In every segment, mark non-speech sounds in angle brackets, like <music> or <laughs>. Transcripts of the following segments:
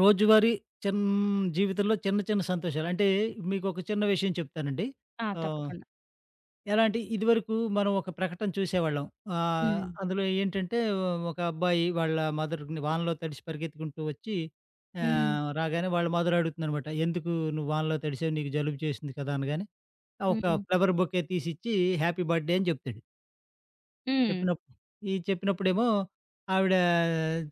రోజువారీ చిన్ జీవితంలో చిన్న, చిన్న సంతోషాలు. అంటే మీకొక చిన్న విషయం చెప్తానండి. ఆ! ఆహ్, తప్పకుండా. ఎలా అంటే ఇదివరకు మనం ఒక ప్రకటన చూసేవాళ్ళం. హ్మ్. అందులో ఏంటంటే ఒక అబ్బాయి వాళ్ళ మదర్‌ని వానలో తడిసి పరిగెత్తుకుంటూ వచ్చి హ్మ్. రాగానే వాళ్ళ మదర్ అడుగుతుందనమాట. "ఎందుకు నువ్వు వానలో తడిసావు? నీకు జలుబు చేసింది కదా!" అనగానే, ఆ ఒక హ్మ్. ఫ్లవర్ బొకే తీసిచ్చి హ్యాపీ బర్త్‌డే అని చెప్తాడు. హ్మ్. చెప్పినప్పుడు ఈ చెప్పినప్పుడేమో ఆవిడ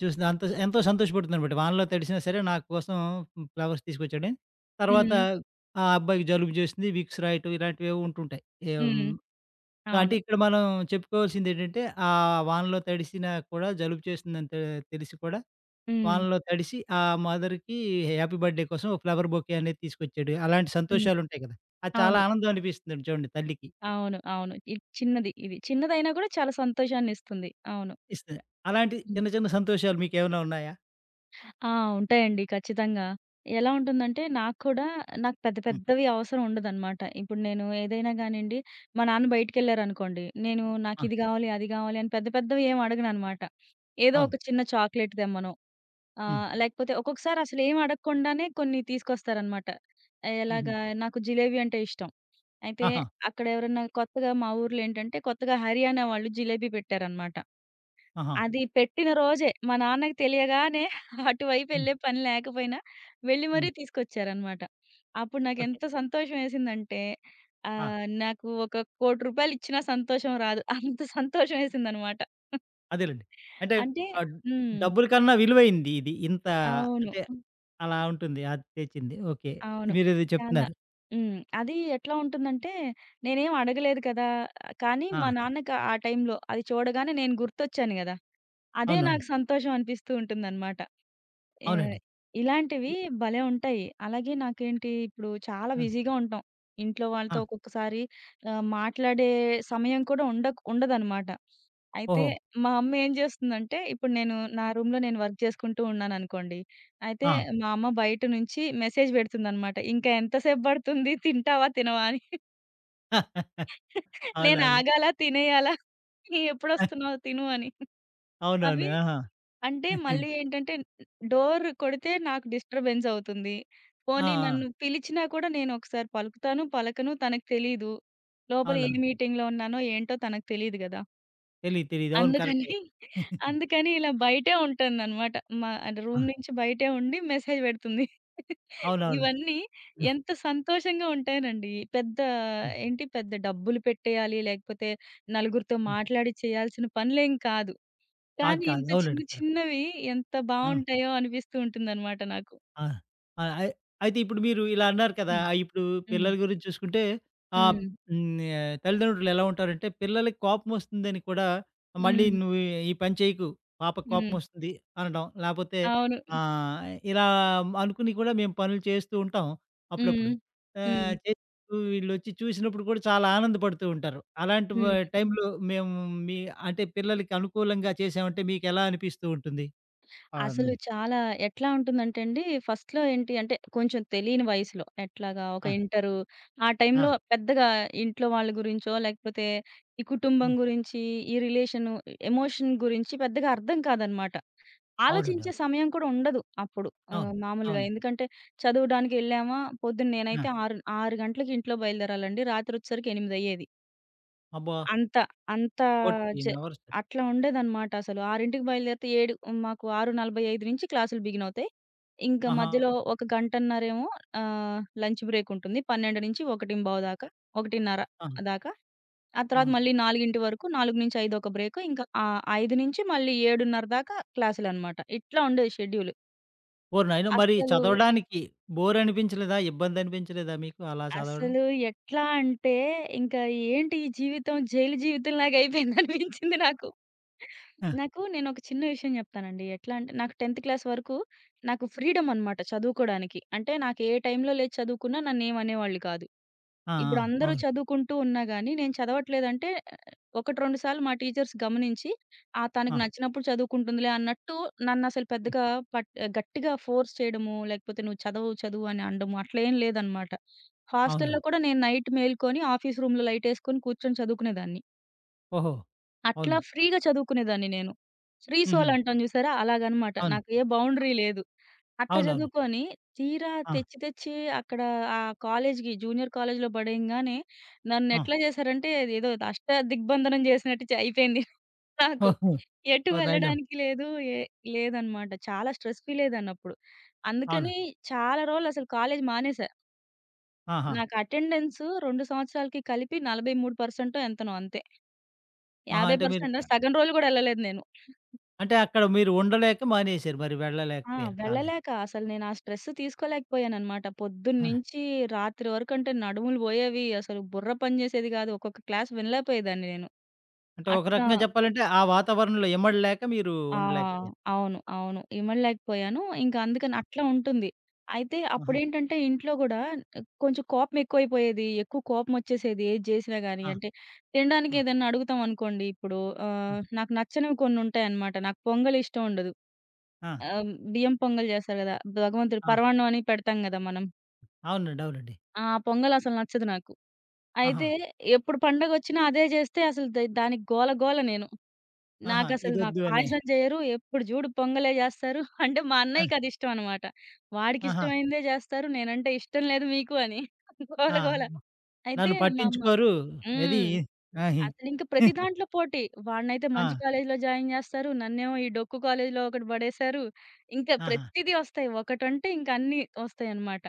చూసిన అంత ఎంతో సంతోషపడుతుందనమాట. వానలో తడిసినా సరే నా కోసం ఫ్లవర్స్ తీసుకొచ్చాడని. తర్వాత హ్మ్. ఆ అబ్బాయికి జలుబు చేసింది, విక్స్ రాయటం ఇలాంటివేవో ఉంటుంటాయి. హ్మ్. హ్మ్. అంటే అవును. ఇక్కడ మనం చెప్పుకోవాల్సిందేంటంటే ఆ వానలో తడిసినా కూడా జలుబు చేసిందని తెలిసి కూడా హ్మ్. వానలో తడిసి ఆ మదర్‌కి హ్యాపీ బర్త్‌డే కోసం ఒక ఫ్లవర్ బొకే అనేది తీసుకొచ్చాడు. అలాంటి హ్మ్. సంతోషాలుంటాయి కదా! అది చాలా అవును. ఆనందం అనిపిస్తుందండి చూడండి తల్లికి. అవును. అవును. ఇది చిన్నది ఇది. చిన్నదైనా కూడా చాలా సంతోషాన్నిస్తుంది. అవును. ఇస్తుంది. అలాంటి హ్మ్. చిన్న చిన్న సంతోషాలు మీకేమైనా ఉన్నాయా? ఆ! ఉంటాయండి ఖచ్చితంగా. ఎలా ఉంటుందంటే నాకు కూడా నాకు పెద్ద హ్మ్. పెద్దవి అవసరం ఉండదనమాట. ఇప్పుడు నేను ఏదైనా గానియండి, మా నాన్న బయటికెళ్లారనుకోండి, నేను ఆ! నాకిది గావాలి, అది గావాలి అని పెద్ద పెద్దవి ఏమి అడగననమాట. ఏదో అవును. ఒక చిన్న చాక్లెట్ తెమ్మనో, ఆ! హ్మ్. లేకపోతే ఒక్కొక్కసారి అసలేం అడగకుండానే కొన్ని తీసుకొస్తారనమాట. హుహు. ఎలాగా నాకు జిలేబీ అంటే ఇష్టం. అయితే ఆహా! అక్కడ ఎవరన్నా కొత్తగా మా ఊర్లో ఏంటంటే కొత్తగా హర్యానా వాళ్ళు జిలేబీ పెట్టారనమాట. ఆహా! అది పెట్టిన రోజే మా నాన్నకి తెలియగానే <laughs> అటువైపు హ్మ్. ఎళ్ళే పని లేకపోయినా వెళ్లి మరీ హ్మ్. తీసుకొచ్చారనమాట. అప్పుడు ఓకే. నాకెంత సంతోషమేసిందంటే ఆ! నాకు ఒక రూ. 1,00,00,000 ఇచ్చినా సంతోషం రాదు. అంత సంతోషమేసిందనమాట. అదేలెండి. అంటే అంటే ఆహ్, హ్మ్. డబ్బుల కన్నా విలువైంది ఇది. ఇంత అవును. అంటే అలా ఉంటుంది. అది తెచ్చింది. ఓకే. అవును. మీరేదో చాలా చెప్తున్నారు. హ్మ్. అది ఎట్లా ఉంటుందంటే, నేనేం అడగలేదు కదా! కానీ ఆ! మా నాన్నకి ఆ టైంలో అది చూడగానే నేను గుర్తొచ్చాను గదా! అదే అవునవును. నాకు సంతోషం అనిపిస్తూ ఉంటుందనమాట. ఆహ్, అవునండి. ఇలాంటివి భలే ఉంటాయి. అలాగే నాకేంటి ఇప్పుడు చాలా ఆ! బిజీగా ఉంటాం. ఇంట్లో ఆ! వాళ్ళతో ఒక్కొక్కసారి మాట్లాడే సమయం కూడా ఉండదనమాట. అయితే ఓహో! మా అమ్మ ఏం చేస్తుందంటే, ఇప్పుడు నేను నా రూమ్‌లో నేను వర్క్ చేసుకుంటూ ఉన్నాననుకోండి. అయితే ఆ! మా అమ్మ బయట నుంచి మెసేజ్ పెడుతుందనమాట. "ఇంకా ఎంతసేపు పడుతుంది? తింటావా? తినవా?" అని. <laughs> <laughs> నేను అవునవును. ఆగాలా? తినేయాలా? "ఎప్పుడొస్తున్నావు? తిను" అని. అవునవును. అవి ఆహా! అంటే మళ్ళీ ఏంటంటే డోర్ కొడితే నాకు డిస్టర్బెన్స్ అవుతుంది. ఆ! పోనీ ఆ! నన్ను పిలిచినా కూడా నేను ఒకసారి పలుకుతాను, పలకను తనకు తెలీదు. లోపల ఏ అవునవును. మీటింగ్‌లో ఉన్నానో ఏంటో తనకు తెలీదు గదా! తెలీదు. తెలీదు. అవును. అందుకని కరెక్టే. <laughs> అందుకని ఇలా బయటే ఉంటుందనమాట. మా అంటే ఆ! రూమ్ నుంచి బయటే ఉండి మెసేజ్ పెడుతుంది. అవునవును. ఇవన్నీ ఎంత సంతోషంగా ఉంటాయనండి. పెద్ద హ్మ్. ఏంటి పెద్ద డబ్బులు పెట్టేయాలి, లేకపోతే నలుగురితో హ్మ్. మాట్లాడి చేయాల్సిన పనులేం కాదు. కాదు. కానీ కాదు. ఇంత చిన్న అవునండి. కరెక్ట్. చిన్నవి ఎంత ఆ! బావుంటాయో అనిపిస్తూ ఉంటుందనమాట నాకు. ఆ! ఆ! అయితే ఇప్పుడు మీరు ఇలా అన్నారు కదా! హ్మ్. ఇప్పుడు హ్మ్. పిల్లల గురించి చూసుకుంటే ఆహ్, హ్మ్. హ్మ్. తల్లిదండ్రులు ఎలా ఉంటారంటే పిల్లలకి కోపమొస్తుందని కూడా మళ్ళీ హ్మ్. నువ్వు ఈ పని చేయకు, పాపకు హ్మ్. కోపమొస్తుంది అనడం. లేపోతే అవును. ఆహ్, ఇలా అనుకుని కూడా మేము పనులు చేస్తూ ఉంటాం హ్మ్. అప్పుడప్పుడు. హ్మ్. చేసినప్పుడు వీళ్ళొచ్చి చూసినప్పుడు కూడా చాలా ఆనందపడుతూ ఉంటారు. అలాంటి వ హ్మ్. టైంలో మేము మీ అంటే పిల్లలకి అనుకూలంగా చేసామంటే మీకెలా అనిపిస్తూ ఉంటుంది? హ్మ్. అసలు చాలా ఎట్లా ఉంటుందంటే అండి, ఫస్ట్‌లో ఏంటి అంటే కొంచెం తెలియని వయసులో ఎట్లాగా ఒక ఆ! ఆ ఆ! టైంలో పెద్దగా ఇంట్లో వాళ్ళ గురించో, లేకపోతే ఈ కుటుంబం హ్మ్. గురించి, ఈ రిలేషను, ఎమోషన్ గురించి పెద్దగా అర్థం కాదనమాట. అవునండి. ఆలోచించే అవును. సమయం కూడా ఉండదు అప్పుడు. అవును. మామూలుగా అవును. ఎందుకంటే చదవడానికెళ్ళామా పొద్దున్న ఆ! నేనైతే 6 గంటలకి ఇంట్లో బయలుదేరాలండి. రాత్రొచ్చేసరికి 8 అయ్యేది. అబ్బా! అంత, అంత జ 14 అవర్స్. అట్లా ఉండేదనమాట అసలు. 6కి బయలుదేరితే 7 మాకు 6:45 నుంచి క్లాసులు బిగినవుతాయి. ఇంకా ఆహా! మధ్యలో ఒక గంటన్నరేమో లంచ్ బ్రేక్ ఉంటుంది. 1:30 ఆ! దాకా. ఆ ఆ! తర్వాత మళ్ళీ 4 వరకు, 4-5 ఒక బ్రేక్. ఇంకా 5 నుంచి మళ్ళీ 7:30 దాకా క్లాసులనమాట. ఇట్లా ఉండేది షెడ్యూల్. ఓరి నాయనో! మరి అస్సలు, చదవడానికి బోర్ అనిపించలేదా? ఇబ్బంది అనిపించలేదా మీకు అలా చదవడం? అసలు ఎట్లా అంటే ఇంక ఏంటి ఈ జీవితం జైలు జీవితం లాగా అయిపోయిందనిపించింది నాకు. ఆ! నాకు నేనొక చిన్న విషయం చెప్తానండి. ఎట్లా అంటే నాకు 10థ్ క్లాస్ వరకు నాకు ఫ్రీడమ్ అన్నమాట చదువుకోడానికి. అంటే నాకు ఏ టైంలో లేచి చదువుకున్నా నన్నేమనేవాళ్ళు కాదు. ఆ! ఆ! ఇప్పుడు అందరూ అవును. చదువుకుంటూ ఉన్నా గాని నేను చదవట్లేదంటే ఒకటి, 2 సార్లు మా టీచర్స్ గమనించి, ఆ! ఆ! తనకు నచ్చినప్పుడు చదువుకుంటుందిలే అన్నట్టు నన్నసలు హ్మ్. పెద్దగా పట్ గట్టిగా ఫోర్స్ చేయడము, లేకపోతే నువ్వు చదవవు, చదువు అని అనడము అట్లేం లేదనమాట. హాస్టల్‌లో అవునవును. కూడా నేను నైట్ మేలుకొని ఆఫీస్ రూమ్‌లో లైటేసుకొని కూర్చొని చదువుకునేదాన్ని. ఓహో! అట్లా అవును. ఫ్రీగా చదువుకునేదాన్ని నేను. ఫ్రీ హుహు. సోల్ అంటాం చూసారా? అలాగనమాట. అవును. నాకు ఏ బౌండరీ లేదు. అట్లా అవునవును. చదువుకొని తీరా ఆ! తెచ్చి తెచ్చి అక్కడ ఆ కాలేజ్‌కి జూనియర్ కాలేజ్‌లో పడేయంగానే ఆ! నన్నెట్లా చేశారంటే ఏదో అష్ట దిగ్బంధనం చేసినట్టు అయిపోయింది. నాకు. ఓహో! ఎటు ఓరి నాయనో! వెళ్ళడానికి లేదు. ఏ లేదనమాట. చాలా స్ట్రెస్ ఫీల్ అయ్యేదాన్ని అప్పుడు. అవును. అందుకని చాలా రోజులు అసలు కాలేజ్ మానేసా. ఆహా! నాకు అటెండెన్స్ 2 సంవత్సరాలకి కలిపి 43% ఎంతనో అంతే. ఆహా! అంటే మీరు 50% సగం రోజులు గూడా ఎళ్ళలేదు నేను. అంటే అక్కడ మీరు ఉండలేక మానేసారు. మరి ఆ! వెళ్ళలేకపోయారు కాలే వెళ్ళలేక అసలు నేను ఆ స్ట్రెస్ తీసుకోలేకపోయాననమాట. ఆ! పొద్దున్నుంచి రాత్రి వరకంటే నడుములు బోయేవి. అసలు బుర్ర పని జేసేది గాదు. ఒక్కొక్క క్లాస్ వినలేకపోయేదాన్ని నేను. అంటే ఒక అట్లా రకంగా చెప్పాలంటే ఆ వాతావరణంలో ఇమడలేక మీరు ఆ! ఉండలేకపోయారు. అవును. అవును. ఇమడలేకపోయాను. ఇంక అందుకని ఆ! అట్లా ఉంటుంది. అయితే ఆహా! అప్పుడేంటంటే ఇంట్లో గూడా కొంచెం కోపం ఎక్కువైపోయేది. ఎక్కువ కోపమొచ్చేసేది ఏది జేసినా గాని. ఆ! అంటే తినడానికి ఆ! ఏదన్నా అడుగుతాం అనుకోండి ఇప్పుడు ఆ! నాకు నచ్చనివి కొన్నుంటాయన్నమాట. నాకు పొంగల్ ఇష్టం ఉండదు. ఆ! బియ్యం పొంగల్ జేస్తారు గదా! భగవంతుడు ఆ! పరమాన్నం అని పెడతాం గదా మనం. అవునండి. అవునండి. ఆ పొంగల్ అసలు నచ్చదు నాకు. ఆహా! అయితే ఎప్పుడు పండగొచ్చినా అదే జేస్తే అసలు దానికి గోల గోల నేను. ఆహా! నాకు ఇదొద్దు అని. పాయసం జెయ్యరు. ఎప్పుడు జూడు పొంగలే జేస్తారు. <laughs> అంటే మా ఆ! అన్నయ్యకదిష్టం అనమాట. ఆహా! వాడికిష్టమైందే జేస్తారు. నేనంటే ఇష్టం లేదు మీకు అని. <laughs> గోల ఆ! గోల. అయితే నన్ను మా అమ్మ పట్టించుకోరు. ఏది హ్మ్. ఆహి అసలింక ప్రతి దాంట్లో పోటీ. వాడినైతే ఆ! మంచి కాలేజీలో జాయిన్ జేస్తారు. నన్నేమో ఈ డొక్కు కాలేజీలో ఒకటి బడేశారు. ఇంకా ఆహా! ప్రతిదీ ఒస్తాయి. ఒకటంటే ఇంక అన్నీ ఒస్తాయనమాట.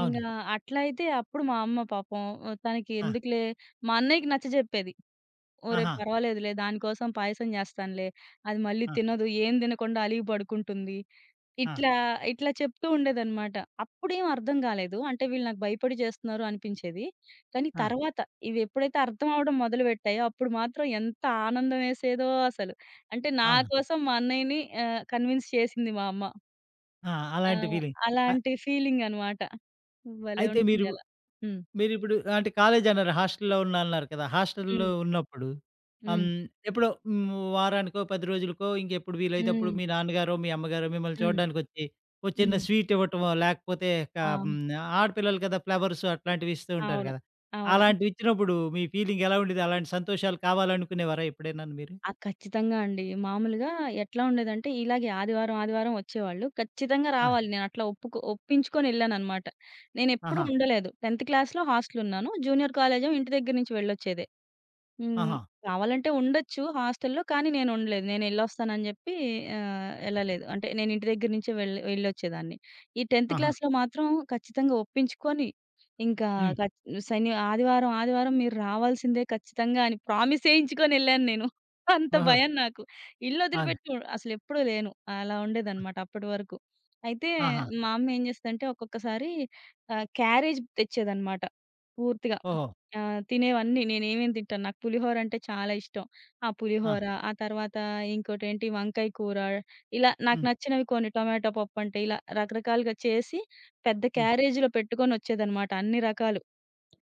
అవును. ఇంగా అట్లా అయితే అప్పుడు మా అమ్మ పాపం తనకి ఆ! ఎందుకులే మా అన్నయ్యకి నచ్చజెప్పేది. ఓరే! ఆహా! పర్వాలేదులే దానికోసం పాయసం జేస్తానులే. అది మళ్ళీ ఆ! తినదు. ఏం తినకుండా అలిగి పడుకుంటుంది. ఆ! ఇట్లా, ఇట్లా చెప్తూ ఉండేదనమాట. అప్పుడేం అర్థం గాలేదు. అంటే వీళ్ళు నాకు భయపడి చేస్తున్నారు అనిపించేది. కానీ ఆ! తర్వాత ఇవెప్పుడైతే అర్థం అవ్వడం మొదలుపెట్టాయో అప్పుడు మాత్రం ఎంత ఆనందం వేసేదో అసలు. అంటే నా అవును. కోసం మా అన్నయ్యని కన్విన్స్ చేసింది మా అమ్మ. ఆ! ఆ! అలాంటి ఫీలింగ్. అ అలాంటి ఫీలింగ్ అనమాట. భలే అయితే మీరు ఉంటుంది అలా. హ్మ్. మీరిప్పుడు అంటే కాలేజీ అన్నారు. హాస్టల్‌లో ఉన్నా అన్నారు కదా! హాస్టల్‌లో హ్మ్. ఉన్నప్పుడు ఆహ్, హ్మ్. ఎప్పుడో హ్మ్. వారానికో, 10 రోజులకో ఇంకెప్పుడు వీలైతే అప్పుడు హ్మ్. మీ నాన్నగారో, మీ అమ్మగారో మిమ్మల్ని హ్మ్. చూడడానికొచ్చి ఓ చిన్న హ్మ్. స్వీట్ ఇవ్వటమో, లేకపోతే క ఆ! హ్మ్. ఆడపిల్లలు కదా! ఫ్లవర్స్ అట్లాంటివి ఇస్తూ ఉంటారు అవును. కదా! అవును. అలాంటివి ఇచ్చినప్పుడు మీ ఫీలింగ్ ఎలా ఉండేది? అలాంటి సంతోషాలు కావాలనుకునేవారా ఎప్పుడైనాను మీరు? ఆ! ఖచ్చితంగా అండి. మామూలుగా ఎట్లా ఉండేదంటే ఇలాగే ఆదివారం, ఆదివారం వచ్చేవాళ్ళు. ఖచ్చితంగా ఆ! రావాలి. నేను అట్లా ఒప్పించుకొని ఎళ్ళాననమాట. నేనెప్పుడు ఆహా! ఉండలేదు. 10థ్ క్లాస్‌లో హాస్టలున్నాను. జూనియర్ కాలేజేమో ఇంటి దగ్గర నుంచి వెళ్ళొచ్చేదే. హ్మ్. ఆహా! కావాలంటే ఉండొచ్చు హాస్టల్‌లో. కానీ నేనుండలేదు. నేనెళ్ళొస్తానని జెప్పి ఎళ్ళలేదు. అంటే నేను ఇంటి దగ్గర నుంచే వెళ్ళొచ్చేదాన్ని. ఈ 10థ్ ఆహా! క్లాస్‌లో మాత్రం ఖచ్చితంగా ఒప్పించుకొని ఇంకా హ్మ్. ఖచ్ శని ఆదివారం, ఆదివారం మీరు రావాల్సిందే ఖచ్చితంగా అని ప్రామిస్ ఏయించుకొనెళ్ళాను నేను. అంత ఓహో! భయం నాకు. అవును. ఇల్లొదిలిపెట్టి అసలెప్పుడూ లేను. అలా ఉండేదనమాట అప్పటి వరకు. అయితే ఆహా! మా అమ్మ ఏం జేస్తదంటే ఒక్కొక్కసారి క్యారేజ్ తెచ్చేదనమాట పూర్తిగా. ఓహో! ఆ! తినేవన్నీ నేనేమేమి తింటాను. నాకు పులిహోర అంటే చాలా ఇష్టం. ఆ ఆ! పులిహోర, ఆ తర్వాత ఇంకోటేంటి వంకాయ కూర, ఇలా నాకు హ్మ్. నచ్చినవి కొన్ని టొమాటో పప్పు అంటే ఇలా రకరకాలుగా చేసి పెద్ద హ్మ్. క్యారేజ్‌లో పెట్టుకొనొచ్చేదన్నమాట అన్ని రకాలు.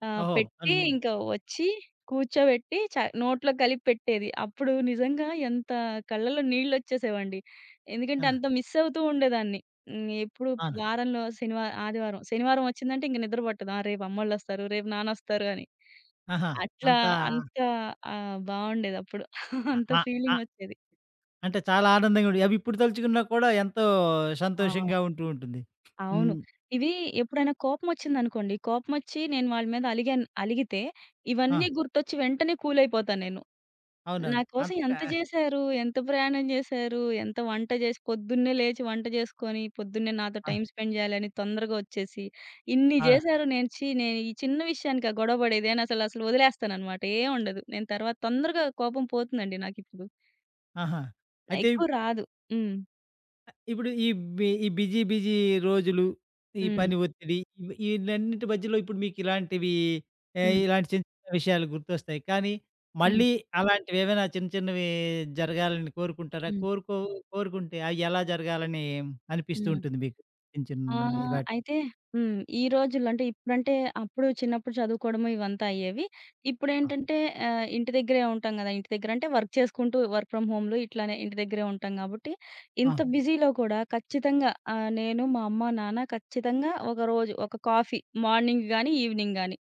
ఓహో! పెట్టి అన్నీ. ఇంకా వచ్చి కూర్చోబెట్టి నోట్లో కలిపి పెట్టేది. అప్పుడు నిజంగా ఎంత కళ్ళలో నీళ్లొచ్చేసేవండి. ఎందుకంటే ఆ! అంత మిస్ అవుతూ ఉండేదాన్ని. హ్మ్. ఎప్పుడు అవును. వారంలో శనివారం ఆదివారం, శనివారం వచ్చిందంటే ఇంక నిద్ర పట్టదు. ఆ! రేపు అమ్మోళ్ళొస్తారు, రేపు నాన్నొస్తారు అని. ఆహా! అట్లా అంతా అంత బావుండేదప్పుడు. అ! అంత అ! అ! ఫీలింగొచ్చేది. అంటే చాలా ఆనందంగా ఉండి అవి ఇప్పుడు తలుచుకున్నా కూడా ఎంతో ఆ! సంతోషంగా ఉంటూ ఉంటుంది. అవును. హ్మ్. ఇవి ఎప్పుడైనా కోపమొచ్చిందనుకోండి, కోపమొచ్చి నేను వాళ్ళ మీద అలిగాను అలిగితే, ఆ! ఇవన్నీ గుర్తొచ్చి వెంటనే కూలయిపోతా నేను. నా అవునవును. కోసం అంతక ఎంత జేశారు? ఎంత ప్రయాణం జేశారు? ఎంత వంట జేసి పొద్దున్నే లేచి వంట జేసుకొని, పొద్దున్నే నాతో ఆ! టైమ్ స్పెండ్ జేయాలని తొందరగా ఒచ్చేసి, ఇన్ని అవును. జేశారు నేను ఛీ! నేను ఈ చిన్న విషయానికా గొడవ బడేది అని అసలసలు వదిలేస్తాననమాట. ఏం ఉండదు. నేను తర్వాత తొందరగా కోపం పోతుందండి నాకిప్పుడు. ఆహా! అయితే ఎక్కువ ఇప్ రాదు. హ్మ్. ఇప్పుడు ఈ బి ఈ బిజీ బిజీ రోజులు, ఈ హ్మ్. పని ఒత్తిడి ఇవి ఈలన్నిటి మధ్యలో ఇప్పుడు మీకిలాంటివి హ్మ్. ఇలాంటి చిన్న చిన్న విషయాలు గుర్తొస్తాయి. కానీ హ్మ్. మళ్ళీ అలాంటివేవైనా చిన్న చిన్నవి జరగాలని కోరుకుంటారా? హ్మ్. కోరుకుంటే అవి ఎలా జరగాలని అనిపిస్తూ హ్మ్. ఉంటుంది మీకు? చిన్న ఆ! చిన్న ఇలాంటి అయితే హ్మ్. ఈ రోజుల్లో అంటే ఇప్పుడంటే అప్పుడు చిన్నప్పుడు చదువుకోవడము ఇవంతా అయ్యేవి. ఆ! ఇప్పుడేంటంటే ఇంటి దగ్గరే ఉంటాం గదా! ఇంటి దగ్గర అంటే వర్క్ చేసుకుంటూ వర్క్ ఫ్రమ్ హోమ్‌లు ఇట్లానే ఇంటి దగ్గరే ఉంటాం గాబట్టి, ఆ! ఇంత బిజీలో కూడా ఖచ్చితంగా నేను, మా అమ్మ, నాన్న ఖచ్చితంగా ఒకరోజు ఒక కాఫీ మార్నింగ్ గానీ, ఈవినింగ్ గానీ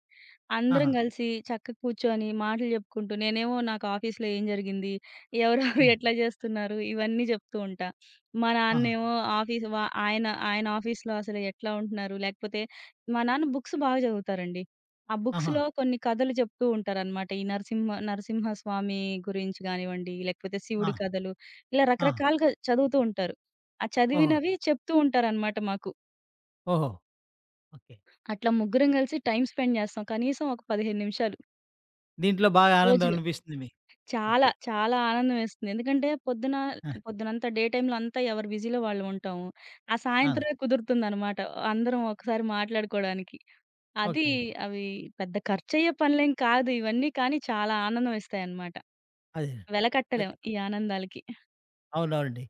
అందరం ఆహా! గలిసి చక్కగా కూర్చొని మాటలు జెప్పుకుంటూ నేనేమో నాకు ఆఫీస్‌లో ఏం జరిగింది? ఎవరెవరు <laughs> హ్మ్. ఎట్లా జేస్తున్నారు? ఇవన్నీ జెప్తూ ఉంటా. మా ఆహా! నాన్నేమో ఆఫీస్ వ ఆయన ఆయన ఆఫీస్‌లో అసలు ఎట్లా ఉంటున్నారు? లేకపోతే మా నాన్న బుక్స్ బాగా చదువుతారండి. ఆ ఆహా! బుక్స్‌లో కొన్ని కథలు చెప్తూ ఉంటారనమాట. ఈ నరసింహస్వామి గురించి గానివ్వండి, లేకపోతే ఆ! శివుడి కథలు ఇలా ఆ! రకరకాలుగా చదువుతూ ఉంటారు. ఆ ఓహో! చదివినవి చెప్తూ ఉంటారనమాట మాకు. ఓహో! ఓకే. అట్లా ముగ్గురం కలిసి టైమ్ స్పెండ్ చేస్తాం. కనీసం ఒక 15 నిమిషాలు దీంట్లో బాగా ఆనందం రోజులో. అనిపిస్తుంది మీకు. చాలా, చాలా ఆనందం వేస్తుంది. ఎందుకంటే పొద్దున, ఆ! పొద్దునంతా డే టైమ్‌లో అంతా ఎవరి బిజీలో వాళ్ళు ఉంటాము. ఆ ఆ! సాయంత్రమే కుదురుతుందనమాట. అందరం ఒకసారి మాట్లాడుకోవడానికి. అది ఓకే. అవి పెద్ద ఖర్చయ్యే పనులేం కాదు ఇవన్నీ, కానీ చాలా ఆనందం ఇస్తాయన్నమాట. అదే. వెలకట్టలేం అయితే ఈ ఆనందాలకి. అవునవునండి.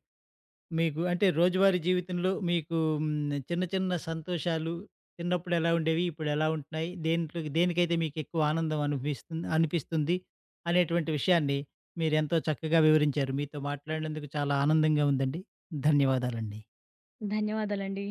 మీకు అంటే రోజువారీ జీవితంలో మీకు హ్మ్, చిన్న చిన్న సంతోషాలు చిన్నప్పుడు ఎలా ఉండేవి? ఇప్పుడు ఎలా ఉంటున్నాయి? దేంట్లో దేనికైతే మీకెక్కువ ఆనందం అనిపిస్తుంది అనిపిస్తుంది అనేటువంటి విషయాన్ని మీరెంతో చక్కగా వివరించారు. మీతో మాట్లాడినందుకు చాలా ఆనందంగా ఉందండి. ధన్యవాదాలండి. ధన్యవాదాలండి.